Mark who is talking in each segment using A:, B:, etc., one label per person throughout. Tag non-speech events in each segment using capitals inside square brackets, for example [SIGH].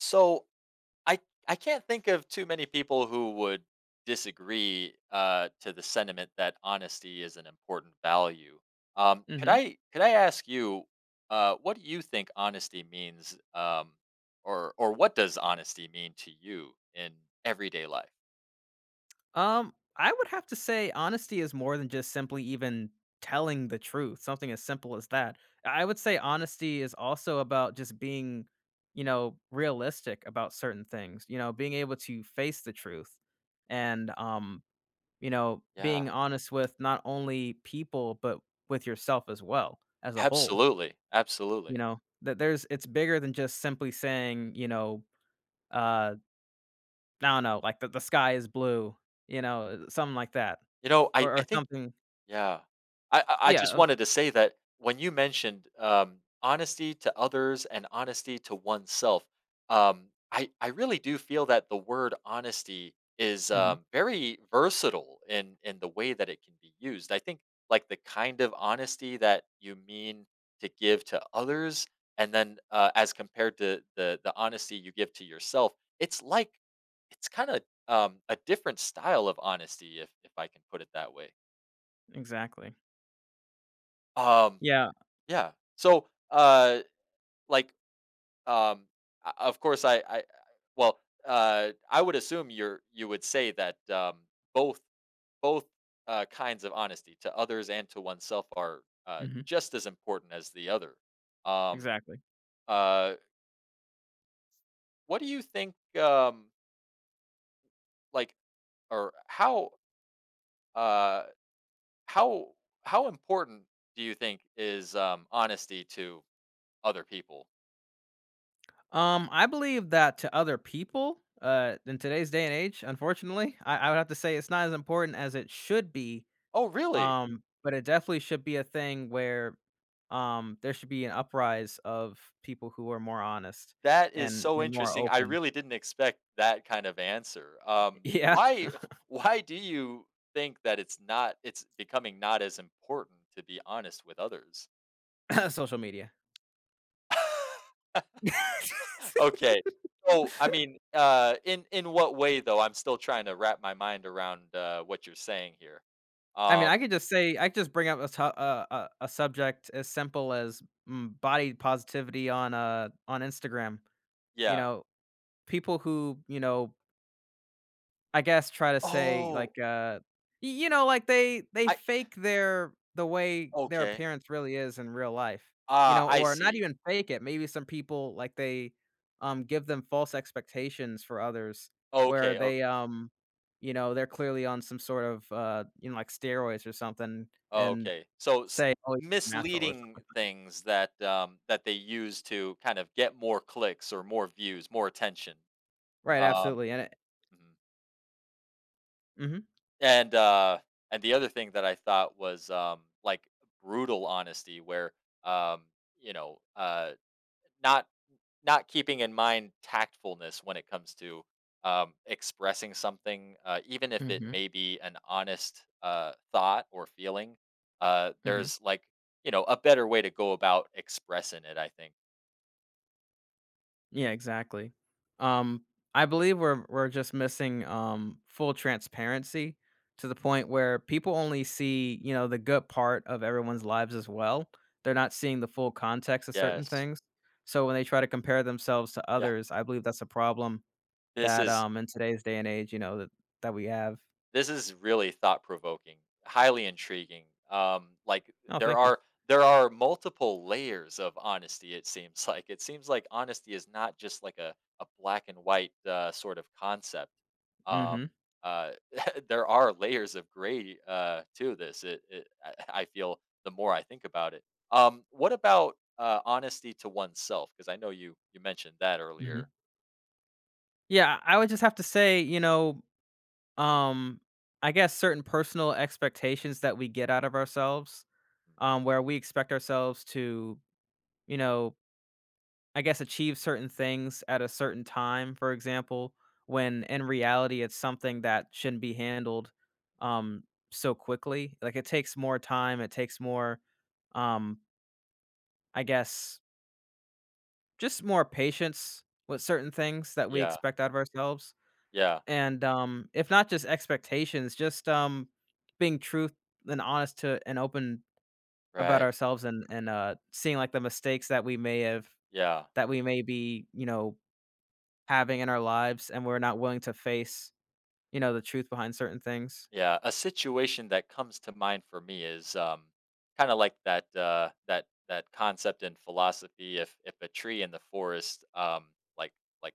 A: So I I can't think of too many people who would disagree to the sentiment that honesty is an important value. Could
B: Mhm.
A: I could I ask you what do you think honesty means, or what does honesty mean to you in everyday life?
B: I would have to say honesty is more than just simply even telling the truth, something as simple as that. I would say honesty is also about just being, you know, realistic about certain things, you know, being able to face the truth and you know,
A: Yeah,
B: being honest with not only people but with yourself as well as a whole,
A: absolutely, absolutely.
B: you know. That there's It's bigger than just simply saying, you know, uh, I don't know, like the sky is blue, you know, something like that.
A: You know, I I
B: Or
A: think.
B: something.
A: Yeah. I
B: Yeah,
A: just wanted to say that when you mentioned, honesty to others and honesty to oneself, I really do feel that the word honesty is,
B: mhm,
A: very versatile in the way that it can be used. I think, like, the kind of honesty that you mean to give to others and then, as compared to the honesty you give to yourself, it's like it's kinda, a different style of honesty if I can put it that way.
B: exactly.
A: Um
B: Yeah,
A: Yeah. So, like, um, of course, well, I would assume you would say that both, both kinds of honesty to others and to oneself are
B: mhm,
A: just as important as the other. Um,
B: exactly.
A: uh, what do you think, like, or how, uh, how, how important do you think is honesty to other people?
B: I believe that to other people, in today's day and age, unfortunately, I would have to say it's not as important as it should be,
A: Oh, really?
B: but it definitely should be a thing where, there should be an uprise of people who are more honest
A: That is
B: and
A: so
B: and more
A: interesting. I
B: open.
A: really didn't expect that kind of answer.
B: [LAUGHS] Yeah.
A: Why [LAUGHS] why do you think that it's becoming not as important to be honest with others?
B: [CLEARS THROAT] [COUGHS] Social media.
A: [LAUGHS]
B: [LAUGHS]
A: Okay. So, I mean, in what way though? I'm still trying to wrap my mind around what you're saying here.
B: I mean,
A: Um,
B: I could just bring up a, to- a, a subject as simple as body positivity on Instagram. You
A: yeah.
B: know, people who I guess try to say
A: Oh,
B: like, y you know, like they
A: I
B: fake the way their
A: okay.
B: appearance really is in real life, you
A: Ah,
B: know,
A: I
B: or not
A: see.
B: even fake it. Maybe some people like they, give them false expectations for others where
A: Okay,
B: they,
A: okay.
B: you know, they're clearly on some sort of, you know, like steroids or something and
A: Okay. So s
B: say, "Oh, you're natural," or something.
A: misleading things that, that they use to kind of get more clicks or more views, more attention.
B: Right,
A: Um,
B: absolutely, and it
A: mhm.
B: mhm.
A: And, uh, and the other thing that I thought was, like, brutal honesty where, um, you know, not keeping in mind tactfulness when it comes to expressing something, even if it
B: Mhm,
A: may be an honest thought or feeling.
B: mhm.
A: There's like you know a better way to go about expressing it. I think.
B: Yeah, exactly. Um, I believe we're just missing full transparency to the point where people only see, you know, the good part of everyone's lives as well. They're not seeing the full context of certain
A: Yes.
B: things. So when they try to compare themselves to
A: Yeah.
B: others, I believe that's a problem
A: This
B: that
A: is
B: in today's day and age, you know, that that we have.
A: This is really thought provoking, highly intriguing. Like
B: Oh,
A: there
B: thank you.
A: are there are multiple layers of honesty. It seems [LAUGHS] like it seems like honesty is not just like a black and white sort of concept. Um,
B: Mhm.
A: uh, [LAUGHS] there are layers of gray to this. It I feel the more I think about it. What about honesty to oneself? Because I know you mentioned that earlier.
B: Mhm. Yeah, I would just have to say, you know, um I guess certain personal expectations that we get out of ourselves
A: Mm.
B: where we expect ourselves to, you know, I guess achieve certain things at a certain time, for example, when in reality it's something that shouldn't be handled um, so quickly. Like it takes more time, it takes more, um, I guess, just more patience with certain things that we
A: Yeah.
B: expect out of ourselves.
A: Yeah.
B: And if not just expectations, just being truth and honest to and open about
A: Right.
B: ourselves and seeing like the mistakes that we may have
A: Yeah.
B: that we may be, you know, having in our lives and we're not willing to face, you know, the truth behind certain things.
A: Yeah, a situation that comes to mind for me is kind of like that that concept in philosophy. If a tree in the forest like like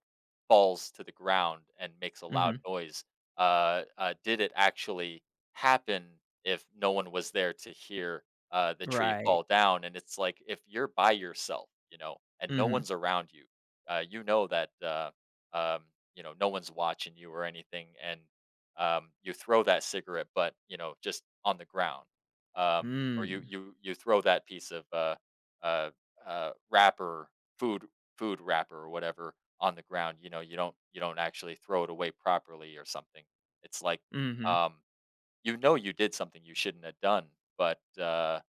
A: falls to the ground and makes a loud
B: Mhm.
A: noise, did it actually happen if no one was there to hear the tree
B: Right.
A: fall down? And it's like if you're by yourself, you know, and no
B: Mhm.
A: one's around you, you know that um, you know no one's watching you or anything, and you throw that cigarette butt, you know, just on the ground, or you
B: Mm.
A: you you throw that piece of uh, wrapper, food food wrapper or whatever on the ground. You know, you don't actually throw it away properly or something. It's like
B: Mhm.
A: um, you know you did something you shouldn't have done, but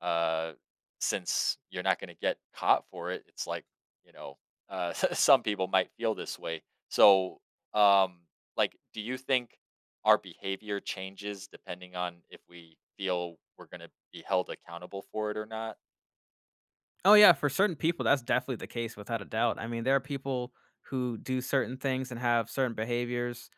A: uh, since you're not gonna get caught for it, it's like, you know, [LAUGHS] some people might feel this way. So, um, like, do you think our behavior changes depending on if we feel we're gonna be held accountable for it or not?
B: Oh, yeah, for certain people, that's definitely the case without a doubt. I mean, there are people who do certain things and have certain behaviors,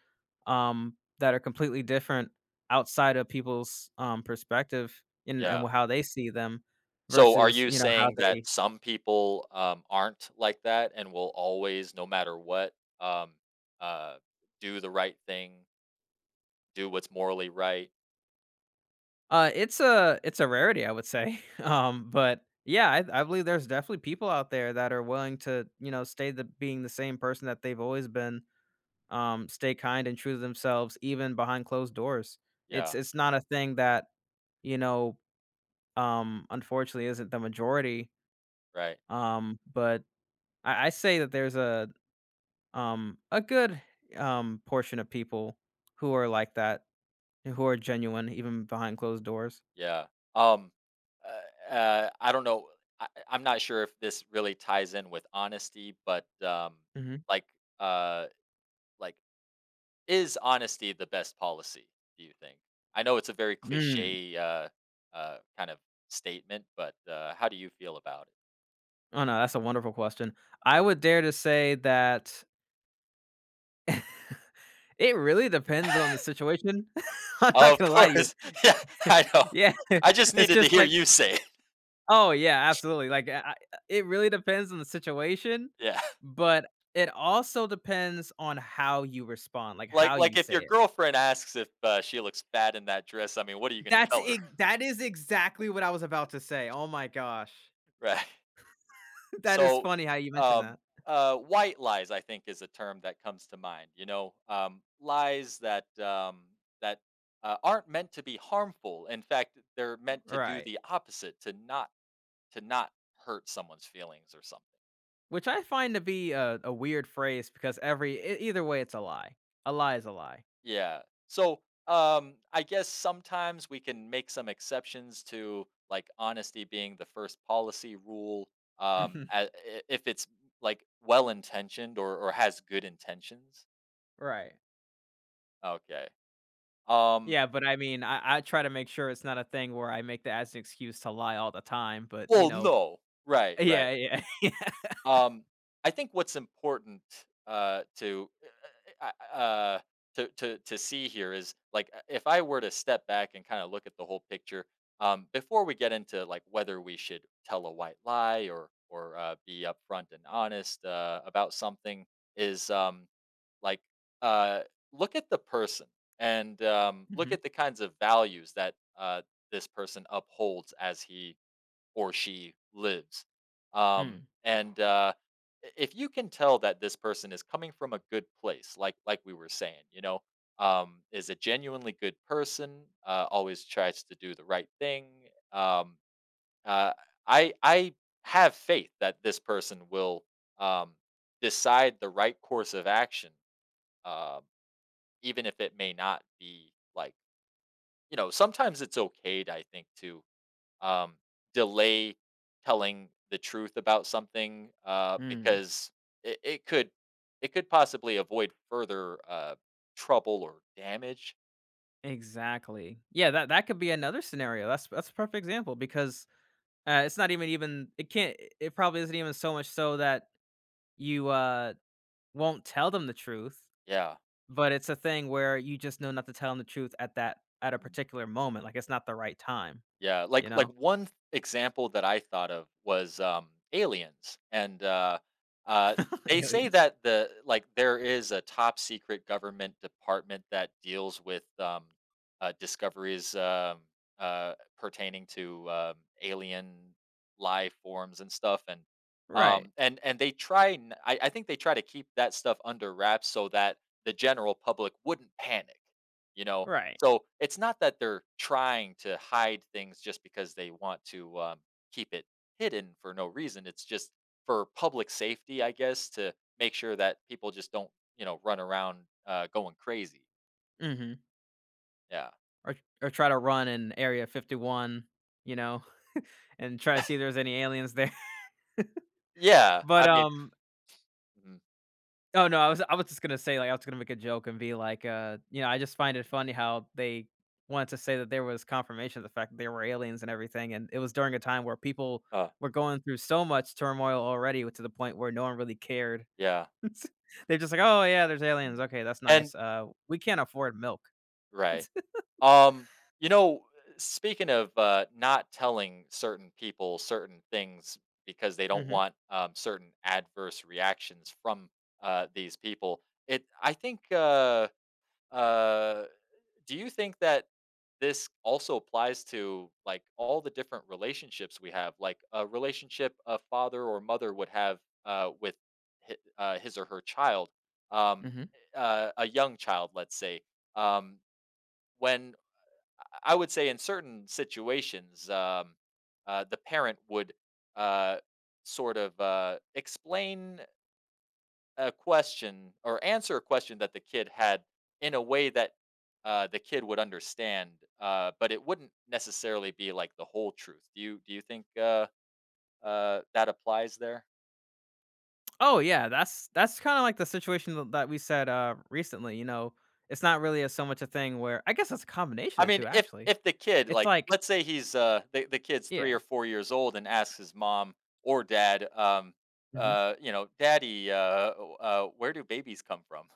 B: that are completely different outside of people's, perspective and
A: Yeah.
B: how they see them
A: So are
B: versus,
A: you
B: you know, how
A: saying
B: they
A: that some people, aren't like that and will always, no matter what, um, uh, do the right thing, do what's morally right?
B: It's a rarity, I would say. [LAUGHS] But yeah, I believe there's definitely people out there that are willing to, you know, stay the being the same person that they've always been. Stay kind and true to themselves, even behind closed doors. It's
A: Yeah,
B: it's not a thing that you know, unfortunately, isn't the majority.
A: right.
B: But I say that there's a good portion of people who
A: Hmm.
B: are like that, who are genuine, even behind closed doors.
A: Yeah. Um, I don't know. Am not sure if this really ties in with honesty, but like, uh, like, is honesty the best policy? Do you think? I know it's a very
B: Mm-hmm.
A: cliche kind of statement, but how do you feel about it?
B: Oh, no, that's a wonderful question. I would dare to say that it really depends on the situation. [LAUGHS] I'm
A: Oh,
B: not
A: of
B: gonna lie to you.
A: course. [LAUGHS] Yeah,
B: [LAUGHS]
A: I know.
B: Yeah,
A: I just
B: [LAUGHS] it's
A: needed to
B: just
A: hear
B: like
A: you say it.
B: oh, yeah, absolutely, like, I it really depends on the situation,
A: Yeah.
B: but it also depends on how you respond, like, how you
A: Like if your
B: say it.
A: girlfriend asks if she looks fat in that dress, I mean, what are you going to
B: That's
A: tell her,
B: it. That is exactly what I was about to say, oh my gosh.
A: [LAUGHS] right?
B: [LAUGHS] That is
A: So,
B: funny how you mentioned that.
A: um, white lies, I think, is a term that comes to mind. You know, lies that that aren't meant to be harmful. In fact, they're meant to do
B: Right,
A: the opposite to not hurt someone's feelings or something.
B: which I find to be a weird phrase because every e either way, it's a lie. A lie is a lie.
A: Yeah. So, I guess sometimes we can make some exceptions to like honesty being the first policy rule.
B: Mhm.
A: If it's like well intentioned or has good intentions.
B: Right.
A: Okay. Um,
B: Yeah, but I mean, I try to make sure it's not a thing where I make that as an excuse to lie all the time, but, you
A: well,
B: know.
A: no. Right,
B: Yeah,
A: right.
B: yeah, [LAUGHS] yeah.
A: Um, I think what's important, uh, to, uh, uh, uh, to see here is, like, if I were to step back and kinda look at the whole picture, before we get into, like, whether we should tell a white lie or, be upfront and honest, about something is, like, uh, look at the person and, look
B: Mhm.
A: at the kinds of values that, this person upholds as he or she lives. Um,
B: Mm,
A: and uh, if you can tell that this person is coming from a good place, like we were saying, you know, is a genuinely good person, always tries to do the right thing. Uh, I have faith that this person will um, decide the right course of action, um, even if it may not be like you know. Sometimes it's okay, to, I think, to um, delay telling the truth about something
B: mm.
A: because it, it could it could possibly avoid further trouble or damage.
B: Exactly. Yeah, that that could be another scenario. That's a perfect example because, it's not even it can't it probably isn't even so much so that you, won't tell them the truth,
A: Yeah.
B: but it's a thing where you just know not to tell them the truth at that at a particular moment, like, it's not the right time,
A: Yeah,
B: you
A: like
B: know?
A: one example that I thought of was aliens. And uh
B: [LAUGHS]
A: they say
B: Aliens.
A: that the like there is a top secret government department that deals with discoveries pertaining to alien life forms and stuff
B: Right.
A: and they try and I think they try to keep that stuff under wraps so that the general public wouldn't panic you know
B: Right.
A: so it's not that they're trying to hide things just because they want to keep it hidden for no reason. It's just for public safety, I guess, to make sure that people just don't, you know, run around going crazy.
B: Mhm.
A: Yeah.
B: Or or try to run in Area 51, you know, and try to see if there's any aliens there. [LAUGHS]
A: Yeah.
B: But,
A: I mean, mhm,
B: oh, no, I was just gonna say, like, I was gonna make a joke and be like, you know, I just find it funny how they wanted to say that there was confirmation of the fact that there were aliens and everything, and it was during a time where people
A: uh,
B: were going through so much turmoil already to the point where no one really cared.
A: yeah.
B: [LAUGHS] They're just like, "Oh, yeah, there's aliens. Okay, that's
A: And
B: nice. We can't afford milk."
A: right. Um, you know, speaking of not telling certain people certain things because they don't
B: Mhm,
A: want certain adverse reactions from these people, it. I think. Uh, do you think that this also applies to like all the different relationships we have, like a relationship a father or mother would have with his or her child, um,
B: mhm.
A: a young child, let's say. Um, when I would say in certain situations, the parent would uh, sort of explain a question or answer a question that the kid had in a way that the kid would understand, but it wouldn't necessarily be like the whole truth. Do you think that applies there?
B: Oh yeah, that's kind of like the situation that we said recently. You know, it's not really so much a thing where I guess it's a combination
A: I
B: of
A: mean,
B: two actually.
A: if the kid,
B: It's
A: like,
B: like
A: let's say he's, the kid's 3
B: yeah,
A: or 4 years old and asks his mom or dad,
B: hmm,
A: you know, "Daddy, where do babies come from?"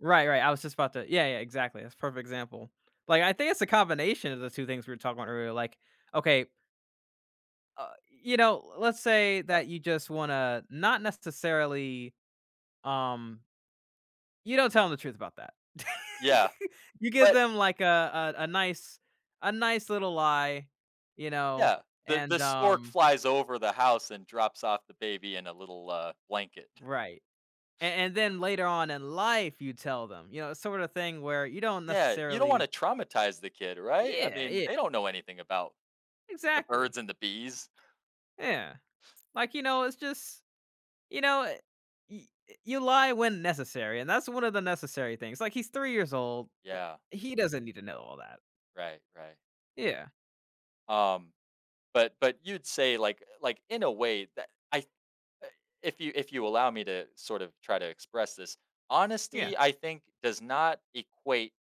B: right, right. I was just about to yeah, yeah, exactly. That's a perfect example. Like I think it's a combination of the two things we were talking about earlier. Like okay, uh, you know, let's say
A: Uh,
B: that you just want to not necessarily um you don't tell them the truth about that. [LAUGHS]
A: yeah,
B: You give
A: but
B: them like a nice little lie, you know,
A: yeah, the
B: and
A: stork flies over the house and drops off the baby in a little, blanket.
B: right. And then later on in life you tell them. You know, it's sort of thing where you don't
A: Yeah, you don't
B: necessarily.
A: wanna traumatize the kid, right? I
B: Yeah,
A: mean,
B: yeah.
A: they don't know anything about the
B: Exactly.
A: birds and the bees.
B: Yeah. Like you know, it's just you know, you lie when necessary, and that's one of the necessary things. Like he's 3 years old.
A: Yeah,
B: He doesn't need to know all that.
A: right, right.
B: Yeah.
A: Um, but you'd say, in a way that I Uh, if you allow me to sort of try to express this,
B: Yeah.
A: honesty I think does not equate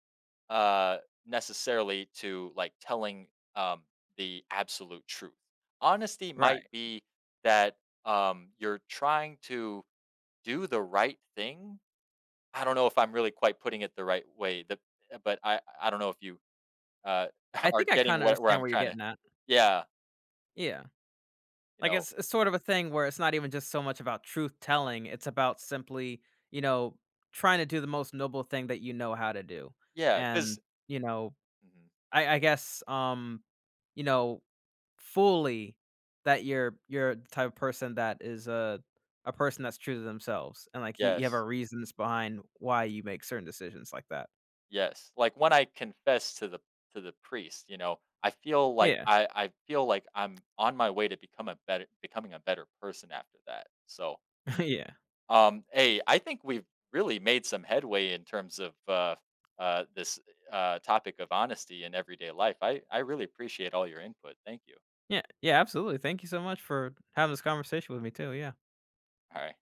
A: uh necessarily to like telling um the absolute truth. Honesty
B: Right.
A: might be that you're trying to do the right thing. I don't know if I'm really quite putting it the right way. The but I don't know if you uh
B: I
A: [LAUGHS] are
B: think I
A: getting
B: kind of
A: what where
B: understand
A: I'm
B: where you're
A: trying to
B: getting at.
A: yeah,
B: Yeah.
A: you
B: Like,
A: know.
B: it's sort of a thing where it's not even just so much about truth telling, it's about simply, you know, trying to do the most noble thing that you know how to do.
A: Yeah,
B: And,
A: cuz
B: you know, I guess, you know, fully that you're the type of person that is a person that's true to themselves, and, like, you have a
A: yes.
B: reasons behind why you make certain decisions like that.
A: Yes, like, when I confess to the priest, you know, I feel like
B: Yeah.
A: I feel like I'm on my way to become a better becoming a better person after that. So,
B: [LAUGHS] Yeah.
A: hey, I think we've really made some headway in terms of, this, topic of honesty in everyday life. I really appreciate all your input. Thank you.
B: Yeah. Yeah, absolutely. Thank you so much for having this conversation with me too, yeah.
A: Alright.